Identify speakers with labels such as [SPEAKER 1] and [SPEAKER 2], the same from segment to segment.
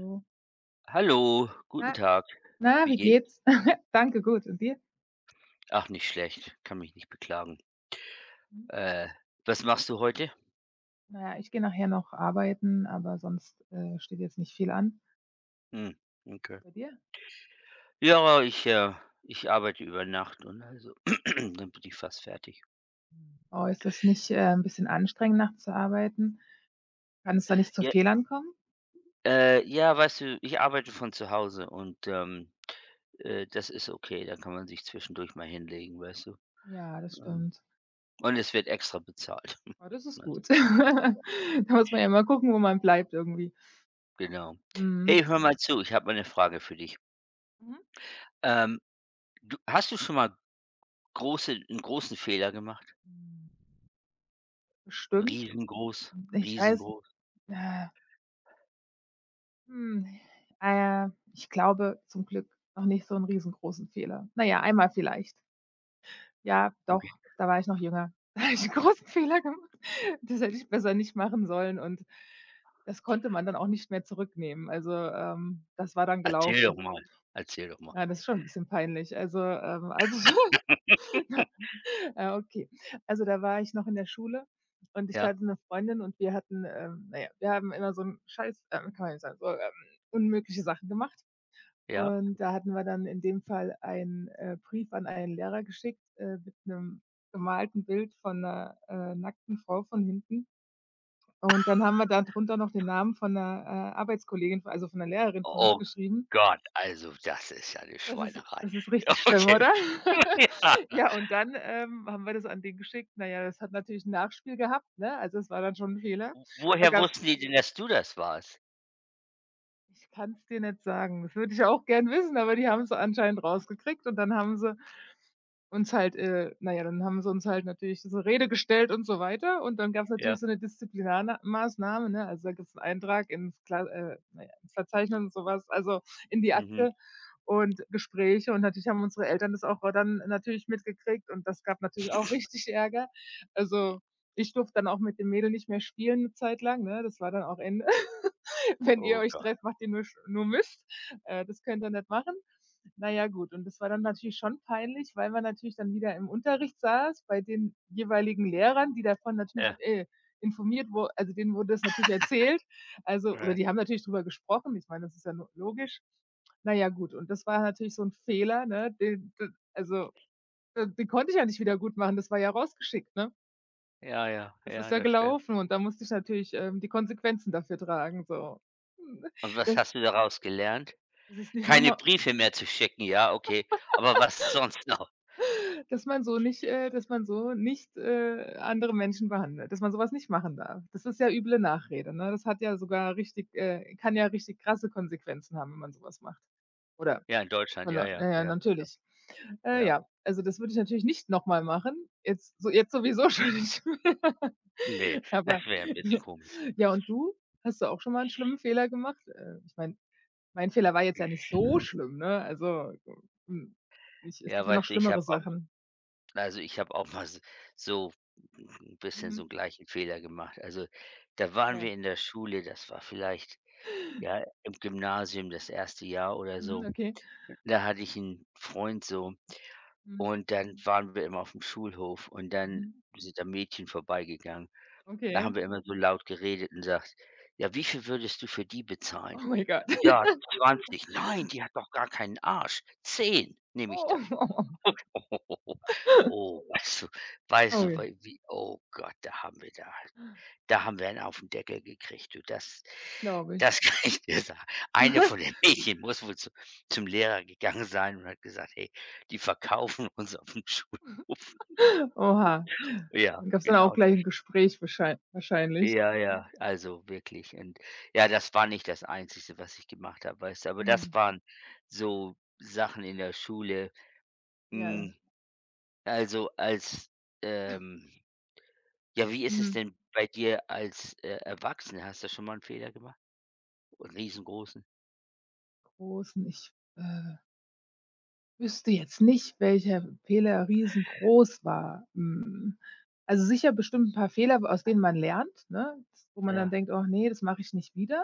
[SPEAKER 1] So:
[SPEAKER 2] Hallo, guten
[SPEAKER 1] „Na
[SPEAKER 2] Tag.
[SPEAKER 1] na,
[SPEAKER 2] Wie
[SPEAKER 1] wie
[SPEAKER 2] geht's?
[SPEAKER 1] geht's?" „Danke, gut. Und dir?"
[SPEAKER 2] Ach, nicht schlecht. Kann mich nicht beklagen.
[SPEAKER 1] „Hm,
[SPEAKER 2] Äh, Was machst du heute?
[SPEAKER 1] na ja, ich gehe nachher noch arbeiten, aber sonst, steht jetzt nicht viel an.
[SPEAKER 2] Hm, okay.
[SPEAKER 1] Bei dir?"
[SPEAKER 2] Ja, ich arbeite über Nacht und also dann bin ich fast fertig.
[SPEAKER 1] „Oh, ist das nicht, 'n bisschen anstrengend, nachts zu arbeiten? Kann es da nicht zu
[SPEAKER 2] Ja,
[SPEAKER 1] Fehlern kommen?"
[SPEAKER 2] ja, weißt du, ich arbeite von zu Hause und das ist okay. Da kann man sich zwischendurch mal hinlegen, weißt du.
[SPEAKER 1] „Ja, das
[SPEAKER 2] Ähm,
[SPEAKER 1] stimmt.
[SPEAKER 2] und es wird extra bezahlt.
[SPEAKER 1] Oh, das ist
[SPEAKER 2] Also,
[SPEAKER 1] gut." Da muss man ja immer gucken, wo man bleibt irgendwie.
[SPEAKER 2] genau.
[SPEAKER 1] Mhm.
[SPEAKER 2] Hey, hör mal zu. Ich habe mal eine Frage für dich.
[SPEAKER 1] Mhm.
[SPEAKER 2] Ähm, du, hast du schon mal einen großen Fehler gemacht?
[SPEAKER 1] Hm, Bestimmt.
[SPEAKER 2] Riesengroß,
[SPEAKER 1] Ich weiß
[SPEAKER 2] riesengroß.
[SPEAKER 1] äh, hm, äh, Ich glaube zum Glück noch nicht so einen riesengroßen Fehler. Naja, einmal vielleicht. Ja,
[SPEAKER 2] Okay.
[SPEAKER 1] doch, da war ich noch jünger. Da habe ich 'n großen Fehler gemacht. Das hätte ich besser nicht machen sollen und das konnte man dann auch nicht mehr zurücknehmen. Also, das war dann
[SPEAKER 2] Erzähl doch
[SPEAKER 1] gelaufen.
[SPEAKER 2] mal. Erzähl doch mal.
[SPEAKER 1] Ja, das ist schon 'n bisschen peinlich. Also, als ich na, ja, okay. Also, da war ich noch in der Schule und ich
[SPEAKER 2] Ja,
[SPEAKER 1] hatte 'ne Freundin und wir hatten, na ja, wir haben immer so 'n Scheiß, kann man ja nicht sagen, so, unmögliche Sachen gemacht.
[SPEAKER 2] ja?
[SPEAKER 1] Und da hatten wir dann in dem Fall einen, Brief an einen Lehrer geschickt, mit einem gemalten Bild von 'ner, nackten Frau von hinten. Und dann haben wir da drunter noch den Namen von 'ner, Arbeitskollegin, also von 'ner Lehrerin von uns
[SPEAKER 2] Oh
[SPEAKER 1] geschrieben.
[SPEAKER 2] Gott, also das ist ja 'ne
[SPEAKER 1] Das ist
[SPEAKER 2] Schweinerei.
[SPEAKER 1] das ist
[SPEAKER 2] Ja,
[SPEAKER 1] richtig schlimm,
[SPEAKER 2] okay.
[SPEAKER 1] oder?
[SPEAKER 2] Ja.
[SPEAKER 1] Ja, und dann, haben wir das an den geschickt. Na ja, das hat natürlich 'n Nachspiel gehabt, ne? Also, es war dann schon 'n Fehler.
[SPEAKER 2] W
[SPEAKER 1] Da
[SPEAKER 2] woher
[SPEAKER 1] gab's
[SPEAKER 2] wussten die denn, dass du das warst?
[SPEAKER 1] Ich kann's dir nicht sagen. Das würde ich auch gern wissen, aber die haben's anscheinend rausgekriegt und dann haben sie uns halt natürlich zur Rede gestellt und so weiter und dann gab es
[SPEAKER 2] Ja.
[SPEAKER 1] natürlich so eine Disziplinarmaßnahme, ne? Also, da gibt es einen Eintrag ins Kla na ja, ins Verzeichnis und sowas also in die
[SPEAKER 2] Mhm.
[SPEAKER 1] Akte und Gespräche und natürlich haben unsere Eltern das auch dann natürlich mitgekriegt und das gab natürlich auch richtig Ärger. Also, ich durfte dann auch mit dem Mädel nicht mehr spielen eine Zeit lang, ne? Das war dann auch Ende. „Wenn ihr
[SPEAKER 2] Oh
[SPEAKER 1] euch
[SPEAKER 2] Gott.
[SPEAKER 1] trefft, macht ihr nur sch nur Mist. Das könnt ihr nicht machen." Na ja, gut und das war dann natürlich schon peinlich, weil man natürlich dann wieder im Unterricht saß bei den jeweiligen Lehrern, die davon natürlich,
[SPEAKER 2] Ja.
[SPEAKER 1] informiert wo also, denen wurde das natürlich erzählt, also oder
[SPEAKER 2] Ja.
[SPEAKER 1] die haben natürlich drüber gesprochen. Ich meine, das ist ja lo logisch. Na ja, gut und das war natürlich so 'n Fehler, ne, den d also, d den konnte ich ja nicht wieder gutmachen, das war ja rausgeschickt, ne?
[SPEAKER 2] Ja, ja,
[SPEAKER 1] Das ist
[SPEAKER 2] ja,
[SPEAKER 1] ja
[SPEAKER 2] das stimmt.
[SPEAKER 1] gelaufen und da musste ich natürlich, die Konsequenzen dafür tragen, so. Hm,
[SPEAKER 2] Und was
[SPEAKER 1] Dass
[SPEAKER 2] hast du daraus gelernt?
[SPEAKER 1] dass ich's nicht noch
[SPEAKER 2] Keine
[SPEAKER 1] mal.
[SPEAKER 2] Briefe mehr zu schicken, ja, okay. Aber was sonst noch?
[SPEAKER 1] Dass man so nicht, andere Menschen behandelt, dass man sowas nicht machen darf. Das ist ja üble Nachrede, ne? Das hat ja sogar richtig kann ja richtig krasse Konsequenzen haben, wenn man sowas macht. Oder
[SPEAKER 2] Ja, in Deutschland, ja,
[SPEAKER 1] verlor
[SPEAKER 2] ja,
[SPEAKER 1] Na ja,
[SPEAKER 2] ja, ja,
[SPEAKER 1] natürlich.
[SPEAKER 2] ja.
[SPEAKER 1] Ja, also das würde ich natürlich nicht noch mal machen. Jetzt sowieso schon nicht mehr.
[SPEAKER 2] Ne, das
[SPEAKER 1] Aber
[SPEAKER 2] wäre 'n bisschen
[SPEAKER 1] ja.
[SPEAKER 2] komisch.
[SPEAKER 1] Ja, und du? Hast du auch schon mal einen schlimmen Fehler gemacht? Ich meine, mein Fehler war jetzt ja nicht so schlimm, ne? Also, hm, ich es
[SPEAKER 2] Ja,
[SPEAKER 1] gibt ja noch
[SPEAKER 2] weißt du, ich
[SPEAKER 1] schlimmere
[SPEAKER 2] habe auch
[SPEAKER 1] Sachen.
[SPEAKER 2] also, ich habe auch mal s so ein bisschen so einen
[SPEAKER 1] Mhm.
[SPEAKER 2] gleichen Fehler gemacht. Also, da waren
[SPEAKER 1] Ja.
[SPEAKER 2] wir in der Schule, das war vielleicht, ja, im Gymnasium das erste Jahr oder
[SPEAKER 1] Mhm,
[SPEAKER 2] so.
[SPEAKER 1] okay.
[SPEAKER 2] Da hatte ich einen Freund so
[SPEAKER 1] Mhm,
[SPEAKER 2] und dann waren wir immer auf dem Schulhof und dann
[SPEAKER 1] mhm.
[SPEAKER 2] sind da Mädchen vorbeigegangen. Da
[SPEAKER 1] Okay.
[SPEAKER 2] haben wir immer so laut geredet und sagt: „Ja, wie viel würdest du für die bezahlen?“
[SPEAKER 1] Oh mein Gott.
[SPEAKER 2] „Ja, 20. „Nein, die hat doch gar keinen Arsch. 10 nehme ich dafür.“
[SPEAKER 1] Oh.
[SPEAKER 2] Oh, weißt
[SPEAKER 1] Oh
[SPEAKER 2] du,
[SPEAKER 1] ja,
[SPEAKER 2] wei wie oh Gott, da haben wir einen auf den Deckel gekriegt, du. Das
[SPEAKER 1] glaube ich.
[SPEAKER 2] das kann ich dir sagen. Eine von den Mädchen muss wohl zu zum Lehrer gegangen sein und hat gesagt: „Hey, die verkaufen uns auf dem Schulhof.“
[SPEAKER 1] Oha.
[SPEAKER 2] Ja,
[SPEAKER 1] Dann gab's dann auch
[SPEAKER 2] genau
[SPEAKER 1] gleich
[SPEAKER 2] das.
[SPEAKER 1] 'n Gespräch wahrscheinlich.
[SPEAKER 2] Ja, ja, also wirklich. Und ja, das war nicht das Einzige, was ich gemacht habe, weißt du? Aber das
[SPEAKER 1] Mhm.
[SPEAKER 2] waren so Sachen in der Schule.
[SPEAKER 1] Ja.
[SPEAKER 2] Hm, also als, ähm Ja, wie ist es
[SPEAKER 1] Mhm.
[SPEAKER 2] denn bei dir als, Erwachsener? Hast du schon mal einen Fehler gemacht? Einen Riesengroßen?
[SPEAKER 1] Großen ich, wüsste jetzt nicht, welcher Fehler riesengroß war. Also sicher bestimmt 'n paar Fehler, aus denen man lernt, ne? Wo man dann
[SPEAKER 2] Ja.
[SPEAKER 1] denkt: „Och ne, das mache ich nicht wieder."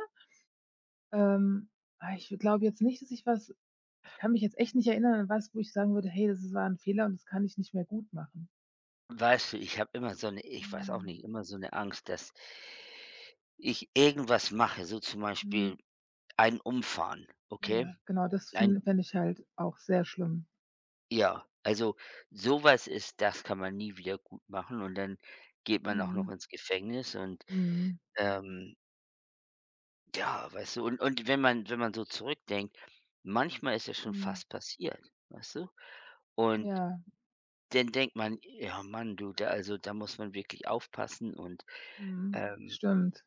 [SPEAKER 1] Ähm, ich glaube jetzt nicht, dass ich was ich kann mich jetzt echt nicht erinnern an was, wo ich sagen würde: „Hey, das war 'n Fehler und das kann ich nicht mehr gut machen."
[SPEAKER 2] Weißt du, ich habe immer so eine, ich weiß auch
[SPEAKER 1] Mhm.
[SPEAKER 2] nicht, immer so eine Angst, dass ich irgendwas mache, so zum Beispiel
[SPEAKER 1] Mhm.
[SPEAKER 2] ein umfahren, okay?
[SPEAKER 1] Ja, genau, das
[SPEAKER 2] Ein
[SPEAKER 1] fin fände ich halt auch sehr schlimm.
[SPEAKER 2] Ja, also sowas ist das kann man nie wieder gut machen und dann geht man auch noch
[SPEAKER 1] Mhm.
[SPEAKER 2] ins Gefängnis und,
[SPEAKER 1] Mhm.
[SPEAKER 2] ähm, ja, weißt du, und wenn man so zurückdenkt, manchmal ist ja schon
[SPEAKER 1] Mhm.
[SPEAKER 2] fast passiert, weißt du? Und
[SPEAKER 1] Ja.
[SPEAKER 2] dann denkt man: „Ja Mann, du, da also, da muss man wirklich aufpassen“ und,
[SPEAKER 1] Mhm.
[SPEAKER 2] ähm
[SPEAKER 1] Stimmt.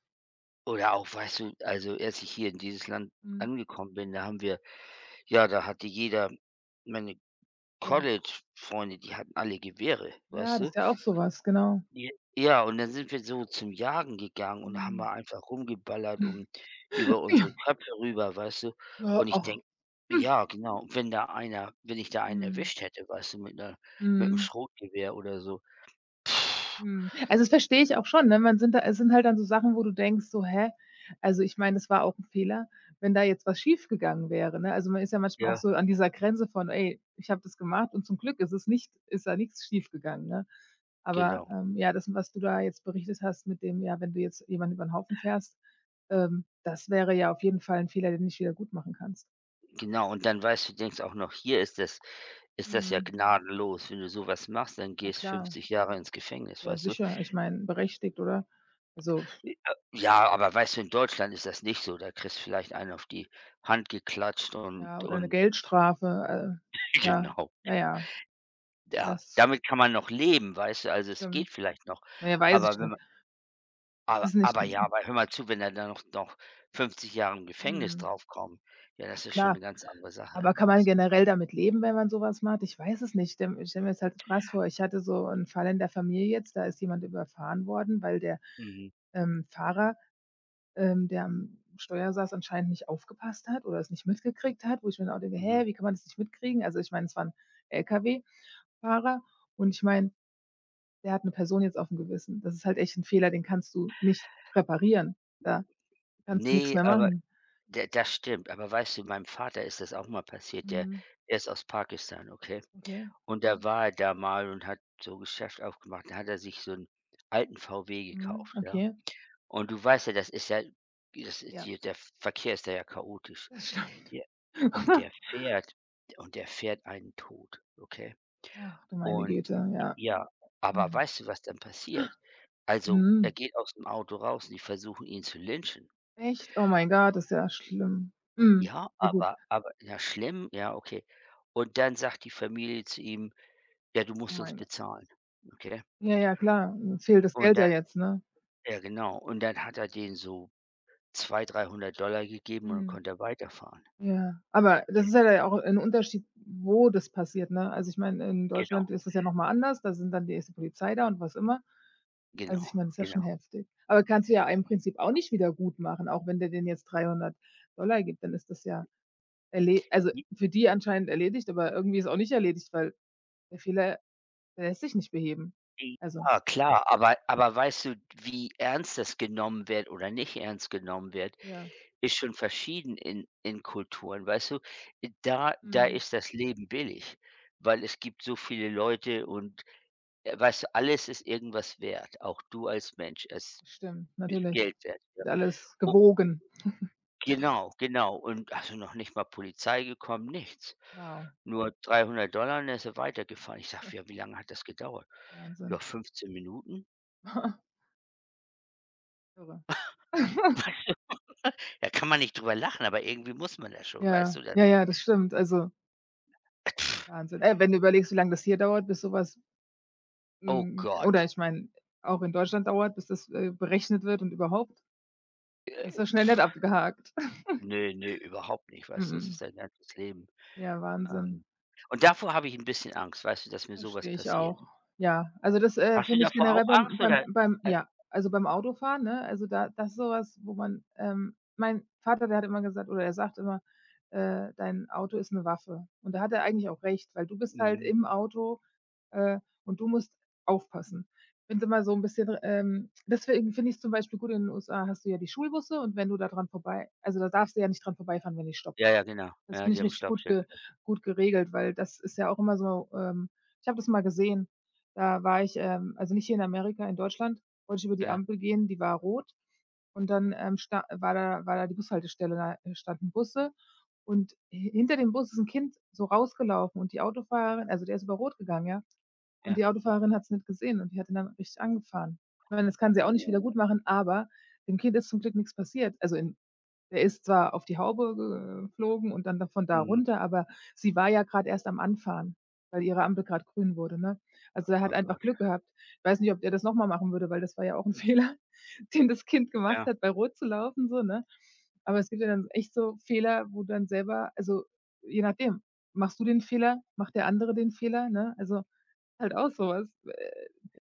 [SPEAKER 2] oder auch, weißt du also, als ich hier in dieses Land
[SPEAKER 1] Mhm.
[SPEAKER 2] angekommen bin, da haben wir ja, da hatte jeder meine
[SPEAKER 1] Ja.
[SPEAKER 2] College-Freunde, die hatten alle Gewehre,
[SPEAKER 1] Ja,
[SPEAKER 2] weißt
[SPEAKER 1] das
[SPEAKER 2] du?
[SPEAKER 1] ist ja auch so was, genau.
[SPEAKER 2] J Ja, und dann sind wir so zum Jagen gegangen und haben
[SPEAKER 1] Mhm.
[SPEAKER 2] wir einfach rumgeballert um über
[SPEAKER 1] Ja,
[SPEAKER 2] unsere Köpfe rüber, weißt du?
[SPEAKER 1] ja,
[SPEAKER 2] Und ich
[SPEAKER 1] ach.
[SPEAKER 2] denke
[SPEAKER 1] Hm.
[SPEAKER 2] ja, genau, und wenn ich da einen
[SPEAKER 1] Mhm.
[SPEAKER 2] erwischt hätte, weißt du, mit 'm
[SPEAKER 1] Mhm.
[SPEAKER 2] Schrotgewehr oder so, pff,
[SPEAKER 1] Mhm. Also, das verstehe ich auch schon, ne? Man sind da es sind halt dann so Sachen, wo du denkst so: „Hä?" Also, ich meine, das war auch 'n Fehler, wenn da jetzt was schiefgegangen wäre, ne? Also, man ist ja manchmal auch
[SPEAKER 2] ja.
[SPEAKER 1] so an dieser Grenze von: „Ey, ich habe das gemacht und zum Glück ist es nicht ist da nix schiefgegangen", ne? Aber,
[SPEAKER 2] Genau,
[SPEAKER 1] ja, das, was du da jetzt berichtet hast mit dem ja, wenn du jetzt jemanden über 'n Haufen fährst, das wäre ja auf jeden Fall 'n Fehler, den du nicht wiedergutmachen kannst.
[SPEAKER 2] genau. Und dann weißt du denkst auch noch, hier ist das ja
[SPEAKER 1] Mhm.
[SPEAKER 2] gnadenlos. Wenn du so was machst, dann
[SPEAKER 1] Ja
[SPEAKER 2] gehst
[SPEAKER 1] klar.
[SPEAKER 2] 50 Jahre ins Gefängnis,
[SPEAKER 1] Ja,
[SPEAKER 2] weißt du?
[SPEAKER 1] sicher. Ich meine, berechtigt, oder? Also.
[SPEAKER 2] J Ja, aber weißt du, in Deutschland ist das nicht so. Da kriegst vielleicht einen auf die Hand geklatscht und
[SPEAKER 1] Ja, oder 'ne Geldstrafe, ja.
[SPEAKER 2] genau,
[SPEAKER 1] Na
[SPEAKER 2] genau.
[SPEAKER 1] ja,
[SPEAKER 2] Ja,
[SPEAKER 1] das
[SPEAKER 2] damit kann man noch leben, weißt du? Also, es geht
[SPEAKER 1] stimmt.
[SPEAKER 2] vielleicht noch.
[SPEAKER 1] Na ja, weiß
[SPEAKER 2] Aber
[SPEAKER 1] ich
[SPEAKER 2] wenn
[SPEAKER 1] nicht.
[SPEAKER 2] man
[SPEAKER 1] Es
[SPEAKER 2] aber
[SPEAKER 1] ist nicht
[SPEAKER 2] aber ja, aber hör mal zu, wenn er dann noch 50 Jahre im Gefängnis
[SPEAKER 1] mhm,
[SPEAKER 2] draufkommen, ja,
[SPEAKER 1] ja
[SPEAKER 2] das ist schon eine
[SPEAKER 1] klar.
[SPEAKER 2] ganz andere Sache,
[SPEAKER 1] Aber kann man
[SPEAKER 2] weißt du?
[SPEAKER 1] generell damit leben, wenn man so was macht? Ich weiß es nicht. Stelle ich stelle mir das halt so krass vor. Ich hatte so 'n Fall in der Familie jetzt, da ist jemand überfahren worden, weil der,
[SPEAKER 2] Mhm,
[SPEAKER 1] Fahrer, der am Steuer saß, anscheinend nicht aufgepasst hat oder es nicht mitgekriegt hat, wo ich mir dann auch denke:
[SPEAKER 2] mhm.
[SPEAKER 1] „Hä, wie kann man das nicht mitkriegen?" Also, ich meine, es war 'n Lkw-Fahrer und ich meine, der hat 'ne Person jetzt aufm Gewissen. Das ist halt echt 'n Fehler, den kannst du nicht reparieren. Da kannst du nix
[SPEAKER 2] Ne,
[SPEAKER 1] mehr
[SPEAKER 2] aber
[SPEAKER 1] machen.
[SPEAKER 2] D das stimmt, aber weißt du, meinem Vater ist das auch mal passiert. Der
[SPEAKER 1] Mhm.
[SPEAKER 2] der ist aus Pakistan, okay?
[SPEAKER 1] Okay.
[SPEAKER 2] Und da, Mhm, war er da mal und hat so Geschäft aufgemacht. Da hat er sich so einen alten VW
[SPEAKER 1] Mhm.
[SPEAKER 2] gekauft, ja?
[SPEAKER 1] Okay.
[SPEAKER 2] Und du weißt ja das ist
[SPEAKER 1] Ja,
[SPEAKER 2] hier der Verkehr ist da ja chaotisch.
[SPEAKER 1] das stimmt.
[SPEAKER 2] Ja, und der fährt einen tot, okay?
[SPEAKER 1] Ach du meine
[SPEAKER 2] Und
[SPEAKER 1] Güte, ja.
[SPEAKER 2] ja, aber
[SPEAKER 1] Mhm.
[SPEAKER 2] weißt du, was dann passiert? Also, er
[SPEAKER 1] Mhm.
[SPEAKER 2] geht aus dem Auto raus und die versuchen ihn zu lynchen.
[SPEAKER 1] Echt? Oh mein Gott, das ist ja schlimm. Mhm.
[SPEAKER 2] Ja,
[SPEAKER 1] Ja gut.
[SPEAKER 2] aber ja, schlimm, ja, okay. Und dann sagt die Familie zu ihm: „Ja, du
[SPEAKER 1] Oh
[SPEAKER 2] musst uns
[SPEAKER 1] mein Gott.
[SPEAKER 2] bezahlen.“ Okay?
[SPEAKER 1] Ja, ja, klar, fehlt das
[SPEAKER 2] Und
[SPEAKER 1] Geld ja
[SPEAKER 2] dann
[SPEAKER 1] jetzt, ne?
[SPEAKER 2] ja genau, und dann hat er denen so 200, 300 Dollar gegeben und dann
[SPEAKER 1] Mhm.
[SPEAKER 2] konnte er weiterfahren.
[SPEAKER 1] Ja, aber das
[SPEAKER 2] Ge
[SPEAKER 1] ist ja dann auch 'n Unterschied, wo das passiert, ne? Also, ich meine, in
[SPEAKER 2] Genau,
[SPEAKER 1] Deutschland ist das ja noch mal anders, da sind dann da ist die Polizei da und was immer.
[SPEAKER 2] genau,
[SPEAKER 1] Also, ich meine, das ist ja schon
[SPEAKER 2] genau.
[SPEAKER 1] heftig. Aber kannst du ja im Prinzip auch nicht wieder gut machen, auch wenn der denen jetzt 300 gibt, dann ist das ja erle also,
[SPEAKER 2] J
[SPEAKER 1] für die anscheinend erledigt, aber irgendwie ist auch nicht erledigt, weil der Fehler, der lässt sich nicht beheben.
[SPEAKER 2] j
[SPEAKER 1] Also,
[SPEAKER 2] Ja, klar, aber weißt du, wie ernst das genommen wird oder nicht ernst genommen wird,
[SPEAKER 1] ja,
[SPEAKER 2] ist schon verschieden in Kulturen, weißt du? Da
[SPEAKER 1] mhm,
[SPEAKER 2] ist das Leben billig, weil es gibt so viele Leute und weißt du, alles ist irgendwas wert, auch du als Mensch. Es
[SPEAKER 1] stimmt,
[SPEAKER 2] ist
[SPEAKER 1] natürlich.
[SPEAKER 2] Geld wert, ja.
[SPEAKER 1] Wird alles
[SPEAKER 2] O
[SPEAKER 1] gewogen.
[SPEAKER 2] Genau, genau. Und also noch nicht mal Polizei gekommen, nichts.
[SPEAKER 1] Wow.
[SPEAKER 2] Nur 300 und er weitergefahren. Ich sage:
[SPEAKER 1] Ja,
[SPEAKER 2] „Ja, wie lange hat das gedauert?“ „Ja,
[SPEAKER 1] Wahnsinn.
[SPEAKER 2] 15 Minuten.“
[SPEAKER 1] Irre.
[SPEAKER 2] Da kann man nicht drüber lachen, aber irgendwie muss man das schon, weißt
[SPEAKER 1] Ja,
[SPEAKER 2] du? Das?
[SPEAKER 1] ja, ja, das stimmt. Also, Wahnsinn. Ey, wenn du überlegst, wie lange das hier dauert, bis sowas
[SPEAKER 2] Oh
[SPEAKER 1] oder
[SPEAKER 2] Gott,
[SPEAKER 1] ich meine, auch in Deutschland dauert, bis das, berechnet wird und überhaupt. Das
[SPEAKER 2] äh,
[SPEAKER 1] war schnell nett abgehakt.
[SPEAKER 2] ne, ne, überhaupt nicht, weißt du? Das
[SPEAKER 1] Mhm.
[SPEAKER 2] ist dein ganzes Leben.
[SPEAKER 1] Ja, Wahnsinn.
[SPEAKER 2] Ähm, und davor habe ich ein bisschen Angst, weißt du, dass mir sowas
[SPEAKER 1] Verstehe ich
[SPEAKER 2] passiert.
[SPEAKER 1] auch. Ja, also das,
[SPEAKER 2] Hast du
[SPEAKER 1] finde ich
[SPEAKER 2] davor auch
[SPEAKER 1] generell
[SPEAKER 2] Angst oder? Äh,
[SPEAKER 1] beim Autofahren, ne? Also da das ist so wo man mein Vater, der hat immer gesagt oder er sagt immer, „Dein Auto ist eine Waffe." Und da hat er eigentlich auch recht, weil du bist halt
[SPEAKER 2] mhm.
[SPEAKER 1] im Auto, äh, und du musst aufpassen. Ich finde immer so ein bisschen, Deswegen finde ich's zum Beispiel gut, in den USA hast du ja die Schulbusse und wenn du da dran vorbei also da darfst du ja nicht dran vorbeifahren, wenn die
[SPEAKER 2] Ja,
[SPEAKER 1] stoppen.
[SPEAKER 2] ja, genau.
[SPEAKER 1] Das
[SPEAKER 2] Ja,
[SPEAKER 1] finde
[SPEAKER 2] die
[SPEAKER 1] ich
[SPEAKER 2] haben
[SPEAKER 1] richtig gut
[SPEAKER 2] Stabschild.
[SPEAKER 1] ge gut geregelt, weil das ist ja auch immer so, ich habe das mal gesehen, da war ich, also nicht hier in Amerika, in Deutschland, wollte ich über die
[SPEAKER 2] Ja,
[SPEAKER 1] Ampel gehen, die war rot und dann, sta war da die Bushaltestelle, da standen Busse und hi hinter dem Bus ist 'n Kind so rausgelaufen und die Autofahrerin also der ist über rot gegangen, ja, und
[SPEAKER 2] ja.
[SPEAKER 1] die Autofahrerin hat's nicht gesehen und die hat ihn dann richtig angefahren. Ich meine, das kann sie auch nicht wieder
[SPEAKER 2] Oh,
[SPEAKER 1] gutmachen, aber dem Kind ist zum Glück nix passiert, also in der ist zwar auf die Haube ge geflogen und dann da von da
[SPEAKER 2] mhm.
[SPEAKER 1] runter, aber sie war ja grad erst am Anfahren, weil ihre Ampel grad grün wurde, ne? Also, er hat
[SPEAKER 2] Oh
[SPEAKER 1] einfach
[SPEAKER 2] Gott.
[SPEAKER 1] Glück gehabt. Ich weiß nicht, ob der das noch mal machen würde, weil das war ja auch 'n Fehler, den das Kind gemacht
[SPEAKER 2] Ja,
[SPEAKER 1] hat, bei Rot zu laufen, so, ne? Aber es gibt ja dann echt so Fehler, wo du dann selber also, je nachdem, machst du den Fehler, macht der andere den Fehler, ne? Also, halt auch so was.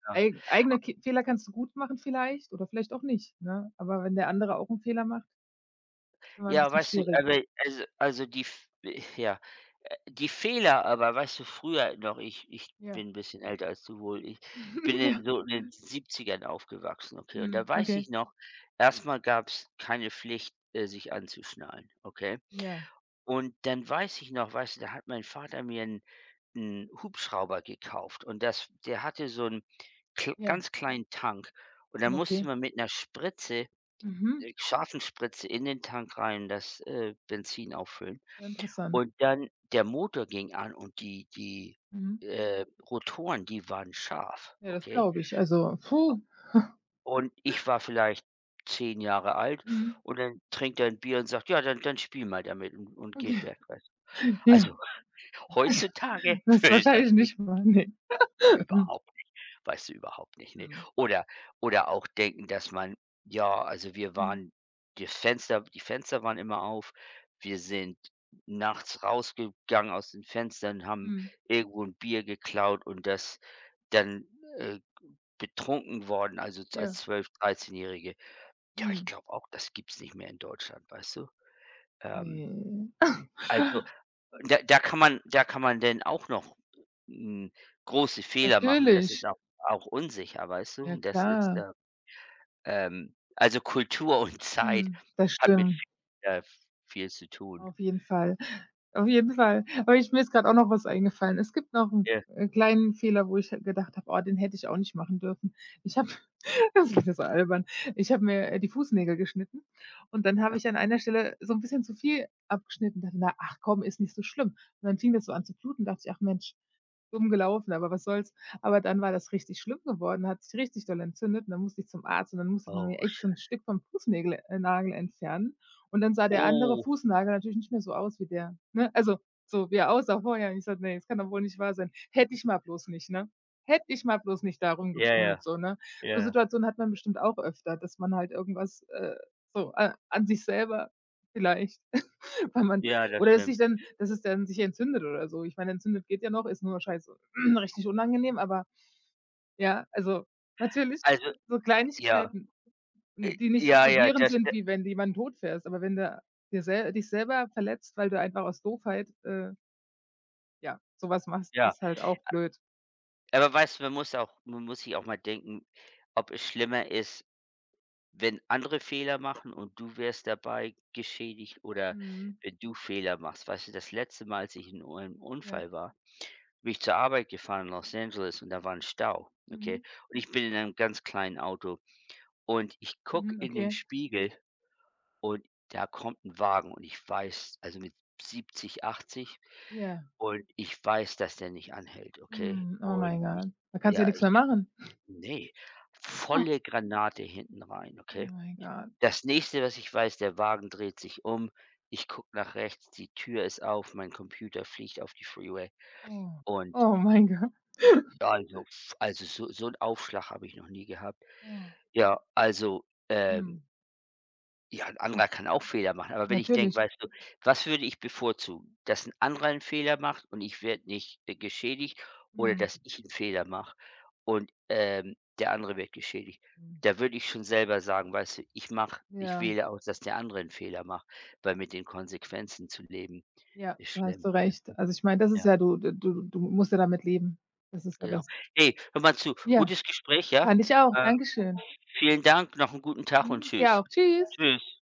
[SPEAKER 2] ja.
[SPEAKER 1] eigene Ki Fehler kannst du gut machen vielleicht oder vielleicht auch nicht, ne? Aber wenn der andere auch 'n Fehler macht, ist immer 'n
[SPEAKER 2] Ja,
[SPEAKER 1] bisschen
[SPEAKER 2] weißt du,
[SPEAKER 1] schwierig.
[SPEAKER 2] aber also die F ja, die Fehler aber, weißt du, früher noch ich
[SPEAKER 1] Ja.
[SPEAKER 2] bin ein bisschen älter als du wohl. Ich bin
[SPEAKER 1] Ja.
[SPEAKER 2] in so in den 70ern aufgewachsen, okay? Und da
[SPEAKER 1] Mhm.
[SPEAKER 2] weiß
[SPEAKER 1] Okay.
[SPEAKER 2] ich noch, Erstmal mal gab's keine Pflicht, sich anzuschnallen, okay?
[SPEAKER 1] Ja,
[SPEAKER 2] Und dann weiß ich noch, weißt du, da hat mein Vater mir 'n Hubschrauber gekauft und das der hatte so 'n kl
[SPEAKER 1] ja,
[SPEAKER 2] ganz kleinen Tank und da musste
[SPEAKER 1] okay.
[SPEAKER 2] man mit 'ner Spritze,
[SPEAKER 1] Mhm.
[SPEAKER 2] scharfen Spritze in den Tank rein das, Benzin auffüllen
[SPEAKER 1] Sehr interessant.
[SPEAKER 2] und dann der Motor ging an und die
[SPEAKER 1] Mhm.
[SPEAKER 2] äh, Rotoren, die waren scharf,
[SPEAKER 1] Ja, das
[SPEAKER 2] okay?
[SPEAKER 1] glaube ich. Also, puh.
[SPEAKER 2] Und ich war vielleicht 10 Jahre alt
[SPEAKER 1] Mhm.
[SPEAKER 2] und dann trinkt er 'n Bier und sagt: „Ja, dann spiel mal damit“ und geht
[SPEAKER 1] Okay.
[SPEAKER 2] weg, weißt du?
[SPEAKER 1] Ja,
[SPEAKER 2] Also, heutzutage
[SPEAKER 1] das
[SPEAKER 2] würde das
[SPEAKER 1] wahrscheinlich
[SPEAKER 2] nicht
[SPEAKER 1] nicht mal, ne. Mhm.
[SPEAKER 2] überhaupt. Weißt du, überhaupt nicht, ne?
[SPEAKER 1] Mhm.
[SPEAKER 2] Oder auch denken, dass man ja, also wir
[SPEAKER 1] Mhm.
[SPEAKER 2] waren, die Fenster waren immer auf. Wir sind nachts rausgegangen aus den Fenstern, haben
[SPEAKER 1] Mhm.
[SPEAKER 2] irgendwo ein Bier geklaut und das dann, äh, betrunken worden, also z als
[SPEAKER 1] Ja.
[SPEAKER 2] 12, 13-Jährige. Ja, ich
[SPEAKER 1] Mhm.
[SPEAKER 2] glaube auch, das gibt's nicht mehr in Deutschland, weißt du? Ähm,
[SPEAKER 1] Ne.
[SPEAKER 2] also da kann man denn auch noch, hm, große Fehler machen. Das ist
[SPEAKER 1] Natürlich.
[SPEAKER 2] auch unsicher, weißt du?
[SPEAKER 1] Ja
[SPEAKER 2] Und
[SPEAKER 1] klar.
[SPEAKER 2] also Kultur und Zeit
[SPEAKER 1] Mhm. Das
[SPEAKER 2] hat mit,
[SPEAKER 1] stimmt.
[SPEAKER 2] äh, viel zu tun.
[SPEAKER 1] Auf jeden Fall. Auf jeden Fall. Aber ich mir ist gerade auch noch was eingefallen. Es gibt noch einen
[SPEAKER 2] Ja.
[SPEAKER 1] kleinen Fehler, wo ich halt gedacht habe: „Oh, den hätte ich auch nicht machen dürfen." Ich habe Das war so albern. Ich habe mir, die Fußnägel geschnitten und dann habe ich an einer Stelle so 'n bisschen zu viel abgeschnitten. Dachte: „Na, ach komm, ist nicht so schlimm." Und dann fing das so an zu bluten, dachte ich: „Ach Mensch, dumm gelaufen, aber was soll's." Aber dann war das richtig schlimm geworden, hat sich richtig doll entzündet und dann musste ich zum Arzt und dann musste man
[SPEAKER 2] Oh.
[SPEAKER 1] mir echt so 'n Stück vom Fußnägel Nagel entfernen und dann sah der andere
[SPEAKER 2] Oh,
[SPEAKER 1] Fußnagel natürlich nicht mehr so aus wie der, ne? Also, so wie er aussah vorher. Und ich so: „Ne, das kann doch wohl nicht wahr sein. Hätte ich mal bloß nicht, ne? Hätte ich mal bloß nicht da
[SPEAKER 2] ja, ja,
[SPEAKER 1] rumgefummelt", so, ne? So
[SPEAKER 2] ja.
[SPEAKER 1] Situationen hat man bestimmt auch öfter, dass man halt irgendwas, so, a an sich selber vielleicht. Weil man
[SPEAKER 2] Ja, das
[SPEAKER 1] oder dass
[SPEAKER 2] stimmt.
[SPEAKER 1] sich dann dass es dann sich entzündet oder so. Ich meine, entzündet geht ja noch, ist nur scheiße richtig unangenehm, aber ja, also natürlich
[SPEAKER 2] Also,
[SPEAKER 1] so
[SPEAKER 2] ja,
[SPEAKER 1] Kleinigkeiten, die nicht so
[SPEAKER 2] ja, ja,
[SPEAKER 1] gravierend
[SPEAKER 2] das d
[SPEAKER 1] sind, wie wenn jemand totfährst. Aber wenn du dir sel dich selber verletzt, weil du einfach aus Doofheit, ja, so was machst,
[SPEAKER 2] ja.
[SPEAKER 1] ist halt auch blöd.
[SPEAKER 2] Aber weißt du, man muss sich auch mal denken, ob es schlimmer ist, wenn andere Fehler machen und du wärst dabei geschädigt oder
[SPEAKER 1] Mhm.
[SPEAKER 2] wenn du Fehler machst. Weißt du, das letzte Mal, als ich in einem
[SPEAKER 1] Ja.
[SPEAKER 2] Unfall war, bin ich zur Arbeit gefahren in Los Angeles und da war ein Stau, okay?
[SPEAKER 1] Mhm.
[SPEAKER 2] Und ich bin in einem ganz kleinen Auto. Und ich gucke
[SPEAKER 1] Mhm.
[SPEAKER 2] in den
[SPEAKER 1] Okay.
[SPEAKER 2] Spiegel und da kommt ein Wagen und ich weiß also, mit 70, 80
[SPEAKER 1] Ja.
[SPEAKER 2] und ich weiß, dass der nicht anhält, okay?
[SPEAKER 1] Mhm. Oh
[SPEAKER 2] Und
[SPEAKER 1] mein
[SPEAKER 2] ich
[SPEAKER 1] Gott. Da kannst du ja
[SPEAKER 2] ja,
[SPEAKER 1] nix
[SPEAKER 2] ich
[SPEAKER 1] mehr machen.
[SPEAKER 2] ne,
[SPEAKER 1] Oh
[SPEAKER 2] volle Granate hinten rein,
[SPEAKER 1] oh
[SPEAKER 2] okay?
[SPEAKER 1] mein Gott.
[SPEAKER 2] Das Nächste, was ich weiß, der Wagen dreht sich um. Ich gucke nach rechts, die Tür ist auf, mein Computer fliegt auf die Freeway
[SPEAKER 1] Oh.
[SPEAKER 2] und
[SPEAKER 1] Oh mein Gott.
[SPEAKER 2] also, f also, so so 'n Aufschlag habe ich noch nie gehabt.
[SPEAKER 1] Oh.
[SPEAKER 2] Ja, also,
[SPEAKER 1] Mhm.
[SPEAKER 2] ja, ein
[SPEAKER 1] Und
[SPEAKER 2] anderer kann auch Fehler machen, aber wenn ich denke,
[SPEAKER 1] natürlich
[SPEAKER 2] weißt du, was würde ich bevorzugen? Dass ein anderer einen Fehler macht und ich werde nicht, geschädigt oder
[SPEAKER 1] Mhm.
[SPEAKER 2] dass ich einen Fehler mache und, der andere wird geschädigt.
[SPEAKER 1] Mhm.
[SPEAKER 2] Da würde ich schon selber sagen, weißt du, ich
[SPEAKER 1] Ja,
[SPEAKER 2] wähle aus, dass der andere einen Fehler macht, weil mit den Konsequenzen zu leben
[SPEAKER 1] ja,
[SPEAKER 2] ist
[SPEAKER 1] da hast
[SPEAKER 2] schlimm,
[SPEAKER 1] du
[SPEAKER 2] weißt du?
[SPEAKER 1] recht. Also, ich meine, das ist
[SPEAKER 2] Ja,
[SPEAKER 1] ja du musst ja damit leben. Das ist ja
[SPEAKER 2] genau.
[SPEAKER 1] das.
[SPEAKER 2] Hey, hör mal zu,
[SPEAKER 1] Ja,
[SPEAKER 2] gutes Gespräch, ja?
[SPEAKER 1] fand ich auch.
[SPEAKER 2] Ähm,
[SPEAKER 1] Dankeschön.
[SPEAKER 2] Vielen Dank, noch einen guten Tag und
[SPEAKER 1] Mhm, dir
[SPEAKER 2] tschüss.
[SPEAKER 1] auch. Tschüss.
[SPEAKER 2] Tschüss.